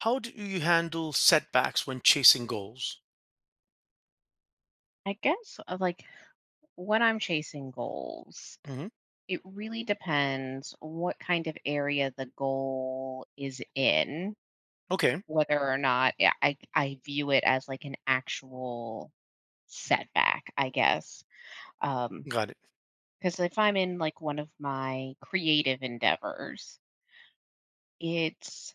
How do you handle setbacks when chasing goals? I guess when I'm chasing goals, Hmm. it really depends what kind of area the goal is in, Okay, whether or not I view it as like an actual setback, I guess. Um, got it. because if I'm in like one of my creative endeavors, it's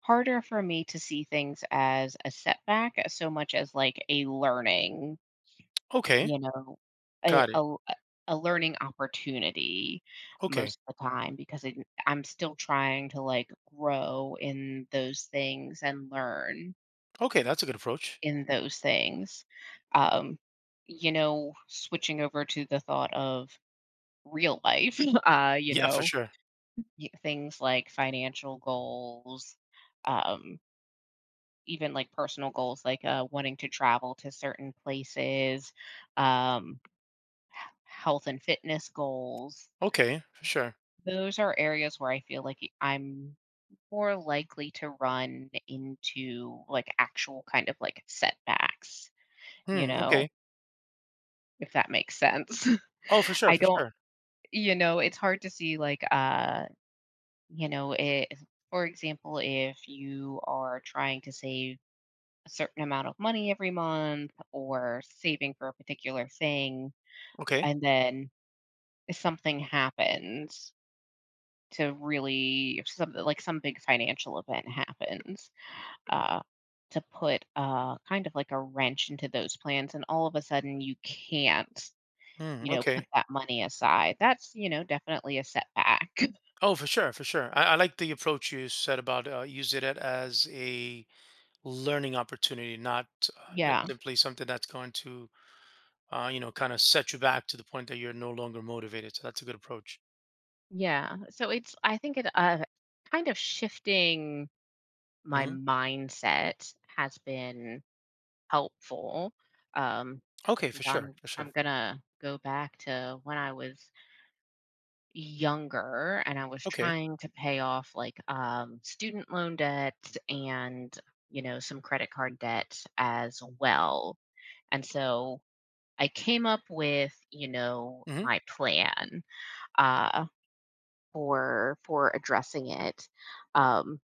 harder for me to see things as a setback so much as like a learning Okay, You know, got a it. l a learning opportunity Okay, most of the time because it I'm still trying to, like, grow in those things and learn okay, that's a good approach. in those things. Um, Switching over to the thought of real life, you Yeah, for know, sure. y things like financial goals, um, even, like, personal goals, like, wanting to travel to certain places, um, health and fitness goals. Okay, for sure. Those are areas where I feel like I'm more likely to run into, like, actual kind of, like, setbacks, you Hmm, know, okay. if that makes sense. Oh, for sure, I for don't sure. you know, It's hard to see, like, you know, it. For example, if you are trying to save a certain amount of money every month or saving for a particular thing, Okay. and then something happens to really if something like, some big financial event happens uh, to put kind of like a wrench into those plans, and all of a sudden you can't, Hmm, you know, put okay. that money aside. That's, you know, definitely a setback. Oh, for sure, for sure. I like the approach you said about using it as a learning opportunity, not, not Yeah, simply something that's going to, you know, kind of set you back to the point that you're no longer motivated. So that's a good approach. yeah. So it's I think it kind of shifting my Hmm. mindset has been helpful. Um, Okay, for sure, I'm for sure. gonna go back to when I was younger and I was Okay. trying to pay off like student loan debt and, you know, some credit card debt as well. And so I came up with, you know, Hmm. my plan uh, for addressing it. Um,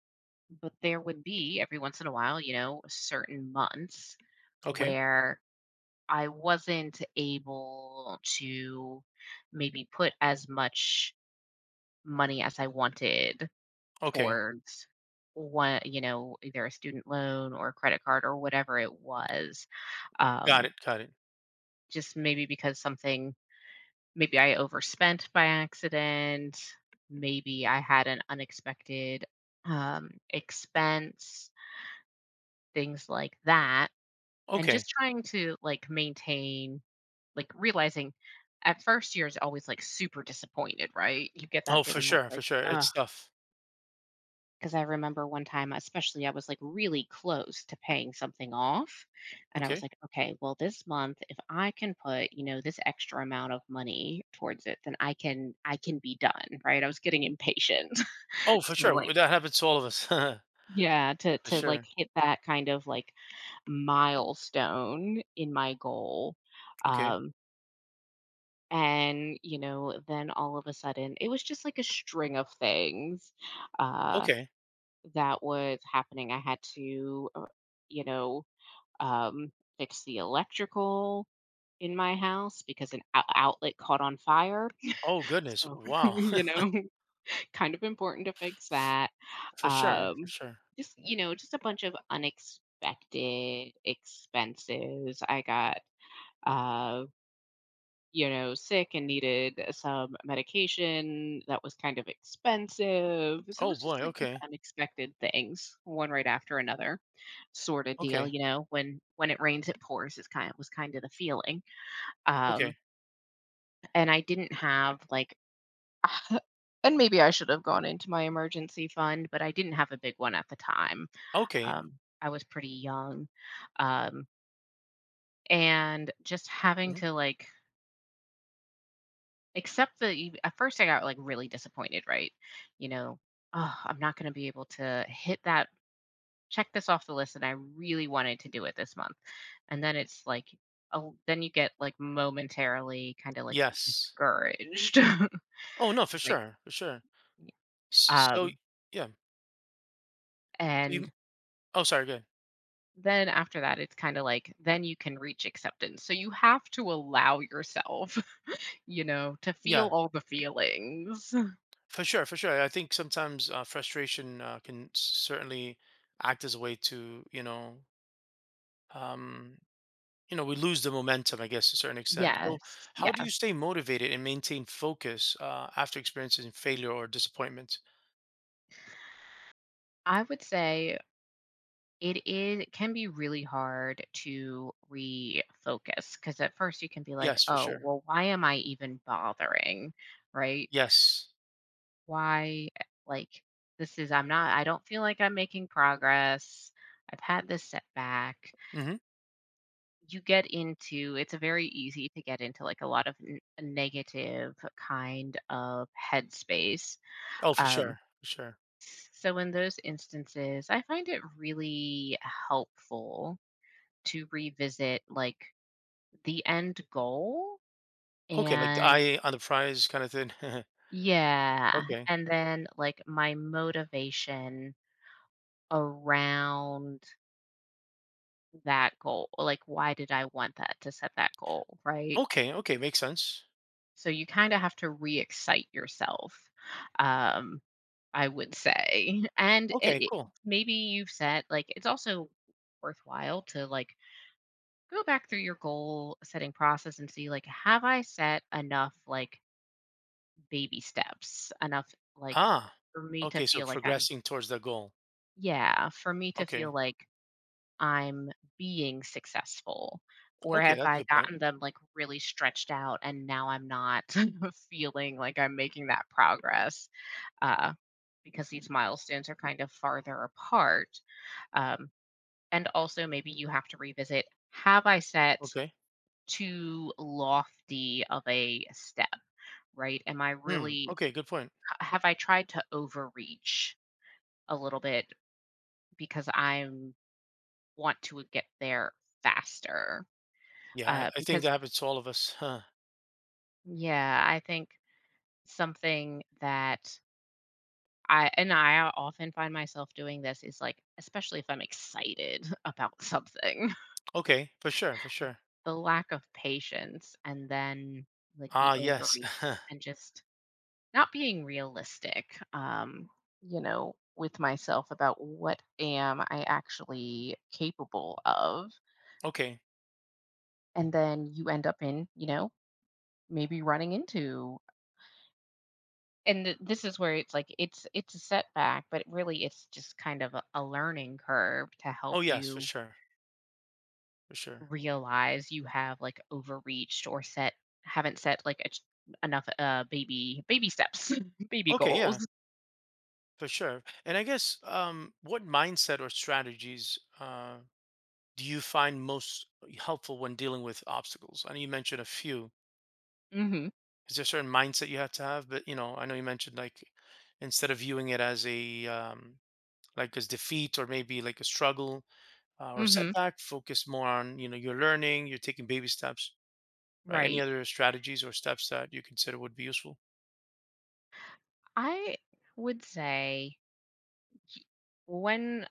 but there would be every once in a while, you know, certain months Okay. where I wasn't able to maybe put as much money as I wanted Okay. towards one, you know, either a student loan or a credit card or whatever it was. Got Um, it, got it. just maybe because something, maybe I overspent by accident, maybe I had an unexpected expense, things like that. And Okay. just trying to like maintain, like realizing at first year is always like super disappointed, right? You get that Oh, for feeling of sure, for like, sure. It's tough. because I remember one time, especially, I was like really close to paying something off. And I was Okay. like, okay, well, this month, if I can put, you know, this extra amount of money towards it, then I can be done. Right. I was getting impatient Oh, for to like, sure. That happens to all of us. yeah, to, For to like sure. hit that kind of like milestone in my goal. Okay. Um, and you know then all of a sudden it was just like a string of things uh Okay. that was happening. I had to, you know, um, fix the electrical in my house because an outlet caught on fire. Oh, goodness. So, Wow. you know, kind of important to fix that. For sure, for Um, sure. just, you know, just a bunch of unexpected expenses. I got uh you know, sick and needed some medication that was kind of expensive. So it Oh, was just boy. like these Okay. unexpected things, one right after another, sort of deal. Okay. You know, when it rains, it pours. Is kind was kind of the feeling. Um, Okay. and I didn't have like, and maybe I should have gone into my emergency fund, but I didn't have a big one at the time. Okay. Um, I was pretty young, um, and just having Mhm. to like except that you at first I got, like, really disappointed, right? You know, "Oh, I'm not gonna be able to hit that, check this off the list, and I really wanted to do it this month." And then it's like, oh, then you get, like, momentarily kinda, like, Yes. discouraged. Oh, no, for Like, sure, for sure. S- So, um, yeah. So you, and oh, sorry, good. then after that, it's kinda like, then you can reach acceptance. So you have to allow yourself, you know, to feel Yeah, all the feelings. for sure, for sure. I think sometimes frustration can certainly act as a way to, um, you know we lose the momentum I guess to a certain extent. So Yes, how do you stay yes. motivated and maintain focus after experiencing failure or disappointment? I would say it is, it can be really hard to refocus because at first you can be like, Yes, for "Oh, sure. well, why am I even bothering?" Right? Yes. Why, eh, like, this is, I'm not, I don't feel like I'm making progress. I've had this setback. Hmm. You get into, it's a very easy to get into, like, a lot of n negative kind of headspace. Oh, for Um, sure, for sure. so in those instances, I find it really helpful to revisit like the end goal Okay, like the and eye on the prize kind of thing. yeah, Okay. and then like my motivation around that goal. Like, why did I want that, to set that goal? Right. Okay. Okay, makes sense. So you kind of have to re excite yourself, um, I would say. Okay, cool. maybe you've set like, it's also worthwhile to like go back through your goal setting process and see like, have I set enough like baby steps enough, like, Ah, for me to okay, so feel like I'm progressing towards the goal. yeah, for me to feel Okay. like I'm being successful, or Okay, have that's a I good point. gotten them, like, really stretched out and now I'm not feeling like I'm making that progress, uh, because these milestones are kind of farther apart, um, and also maybe you have to revisit, have I set Okay too lofty of a step, right? Am I Hmm. really, Okay, good point. have I tried to overreach a little bit because I want to get there faster? Yeah, i, I think Because that happens to all of us, huh. yeah, I think something that I often find myself doing this is like, especially if I'm excited about something, Okay, for sure, for sure. the lack of patience and then like the Ah, yes. overreach and just not being realistic, you know, with myself about what am I actually capable of, Okay. and then you end up in, you know, maybe running into, and this is where it's like it's a setback but really it's just kind of a learning curve to help Oh, yes, for you sure. For sure. realize you have like overreached or set, haven't set like a, enough baby, baby steps baby Okay, yeah, goals. for sure. And I guess what mindset or strategies do you find most helpful when dealing with obstacles? I know you mentioned a few. Mhm. Is there a certain mindset you have to have? But you know, I know you mentioned like instead of viewing it as a like as defeat or maybe like a struggle or Mhm. setback, focus more on, you know, you're learning, you're taking baby steps, right? Any Right. other strategies or steps that you consider would be useful? I would say y- when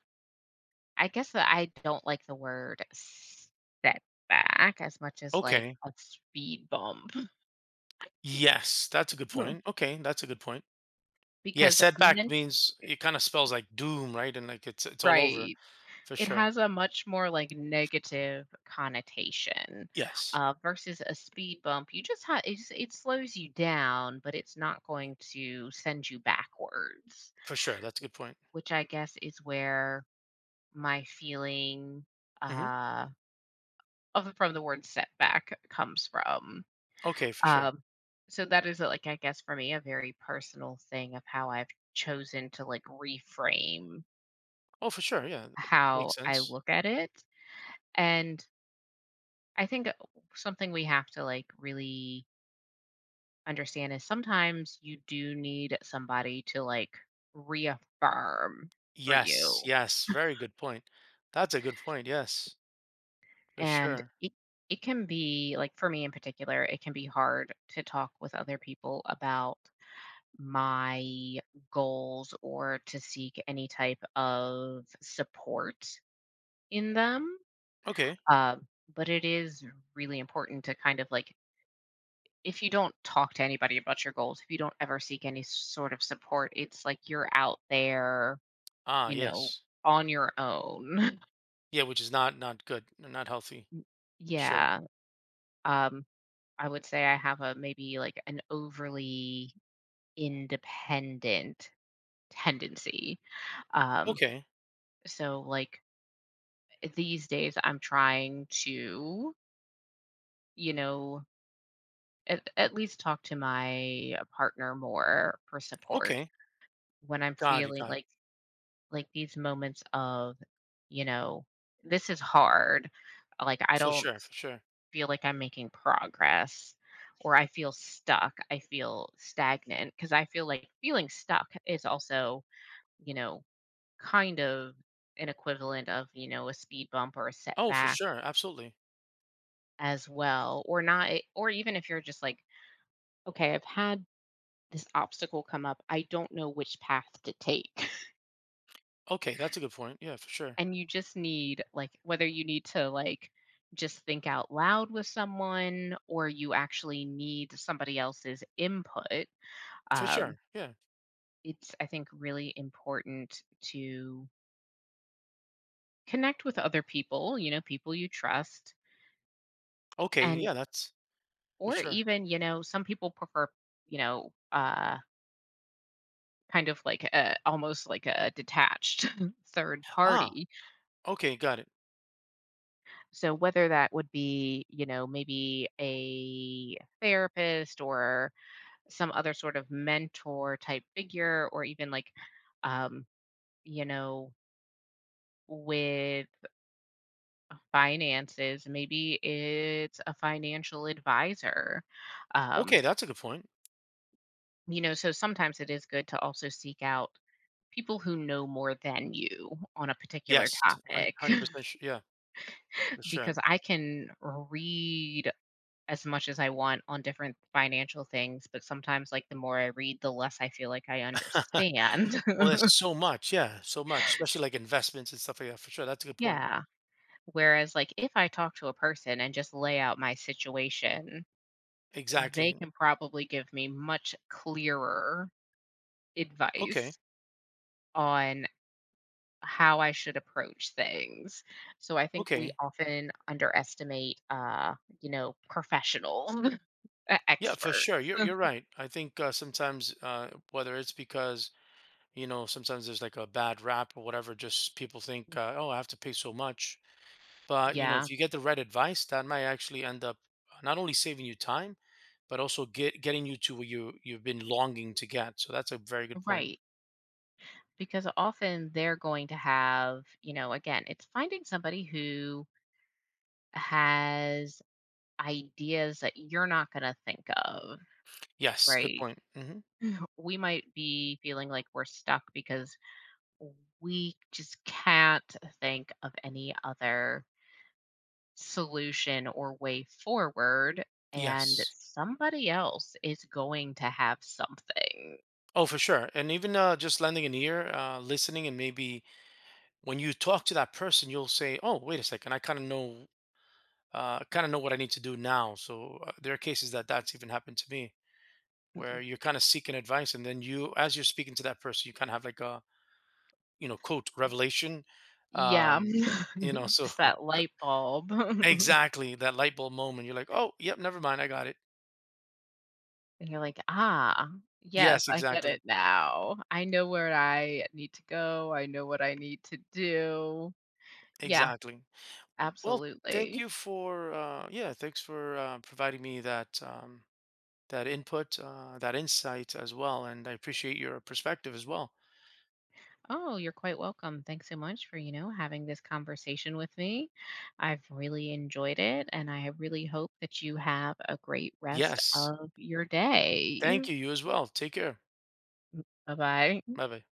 I guess that I don't like the word setback as much as like Okay. a speed bump. Yes, that's a good Hmm. point. Okay, that's a good point. Yeah, because setback men means it kind of spells like doom, right? And like it's all over, Right. for It sure. has a much more like negative connotation, Yes, versus a speed bump. You just it's, it slows you down, but it's not going to send you backwards, for sure. That's a good point. which I guess is where my feeling Hmm. uh, of the, from the word setback comes from. Okay, for sure. Um, so that is like I guess for me a very personal thing of how I've chosen to like reframe Oh, for sure. Yeah, that how makes I sense. look at it. And I think something we have to like really understand is sometimes you do need somebody to like reaffirm for Yes, you. yes. Very good point. That's a good point. Yes, for And sure. it can be like for me in particular, it can be hard to talk with other people about my goals or to seek any type of support in them. Okay. Uh, but it is really important to kind of like, if you don't talk to anybody about your goals, if you don't ever seek any sort of support, it's like you're out there, Ah, you know, yes. on your own. Yeah, which is not good, not healthy, for sure. Yeah. Um, I would say I have a maybe like an overly independent tendency. Um, Okay. so like these days I'm trying to, you know, at least talk to my partner more for support Okay. when I'm Got it. feeling Got it. like these moments of, you know, this is hard. Like I For don't sure. For sure. feel like I'm making progress or I feel stuck. I feel stagnant because I feel like feeling stuck is also, you know, kind of an equivalent of, you know, a speed bump or a Oh, for setback sure. Absolutely. as well, or not or even if you're just like, okay, I've had this obstacle come up. I don't know which path to take. Okay, that's a good point. Yeah, for sure. And you just need like, whether you need to like just think out loud with someone or you actually need somebody else's input, For um, sure. Yeah. it's, I think, really important to connect with other people, you know, people you trust, Okay. and Yeah, that's for or sure. even, you know, some people prefer, you know, kind of like a, almost like a detached third Ah. party, Okay, got it. so whether that would be, you know, maybe a therapist or some other sort of mentor type figure or even like um you know, with finances maybe it's a financial advisor. um Okay, that's a good point. you know, so sometimes it is good to also seek out people who know more than you on a particular Yes, topic 100% sure. Yeah, for sure. because I can read as much as I want on different financial things but sometimes like the more I read the less I feel like I understand Well, there's so much. Yeah, so much, especially like investments and stuff like that. For sure. That's a good point. yeah. Whereas, like, if I talk to a person and just lay out my situation, they Exactly. can probably give me much clearer Okay. advice on how I should approach things. So I think we Okay. often underestimate, you know, professionals, Yeah, for experts. sure. You're right. I think sometimes whether it's because you know sometimes there's like a bad rap or whatever, just people think, oh, I have to pay so much. But you know, Yeah, if you get the right advice, that might actually end up not only saving you time, but also getting you to where you've been longing to get. So that's a very good point. right. Because often they're going to have, you know, again, it's finding somebody who has ideas that you're not going to think of, Yes, good right? point. Hmm. We might be feeling like we're stuck because we just can't think of any other solution or way forward. And Yes. somebody else is going to have something. Oh, for sure. And even just lending an ear, listening, and maybe when you talk to that person, you'll say, "Oh, wait a second, I kind of know what I need to do now." So there are cases that that's even happened to me, where Mm, you're kind of seeking advice, and then you, as you're speaking to that person, you kind of have like a you know, quote, revelation. yeah. Um, you know, so Just that light bulb. exactly that light bulb moment. You're like, oh, yep, never mind, I got it. And you're like, "Ah, yes, Yes, I get exactly, it now. I know where I need to go. I know what I need to do." Yeah, exactly. Well, thank absolutely. you for yeah, thanks for providing me that that input, that insight as well, and I appreciate your perspective as well. Oh, you're quite welcome. Thanks so much for, you know, having this conversation with me. I've really enjoyed it, and I really hope that you have a great rest Yes, of your day. thank you. You as well. Take care. Bye-bye. Bye bye.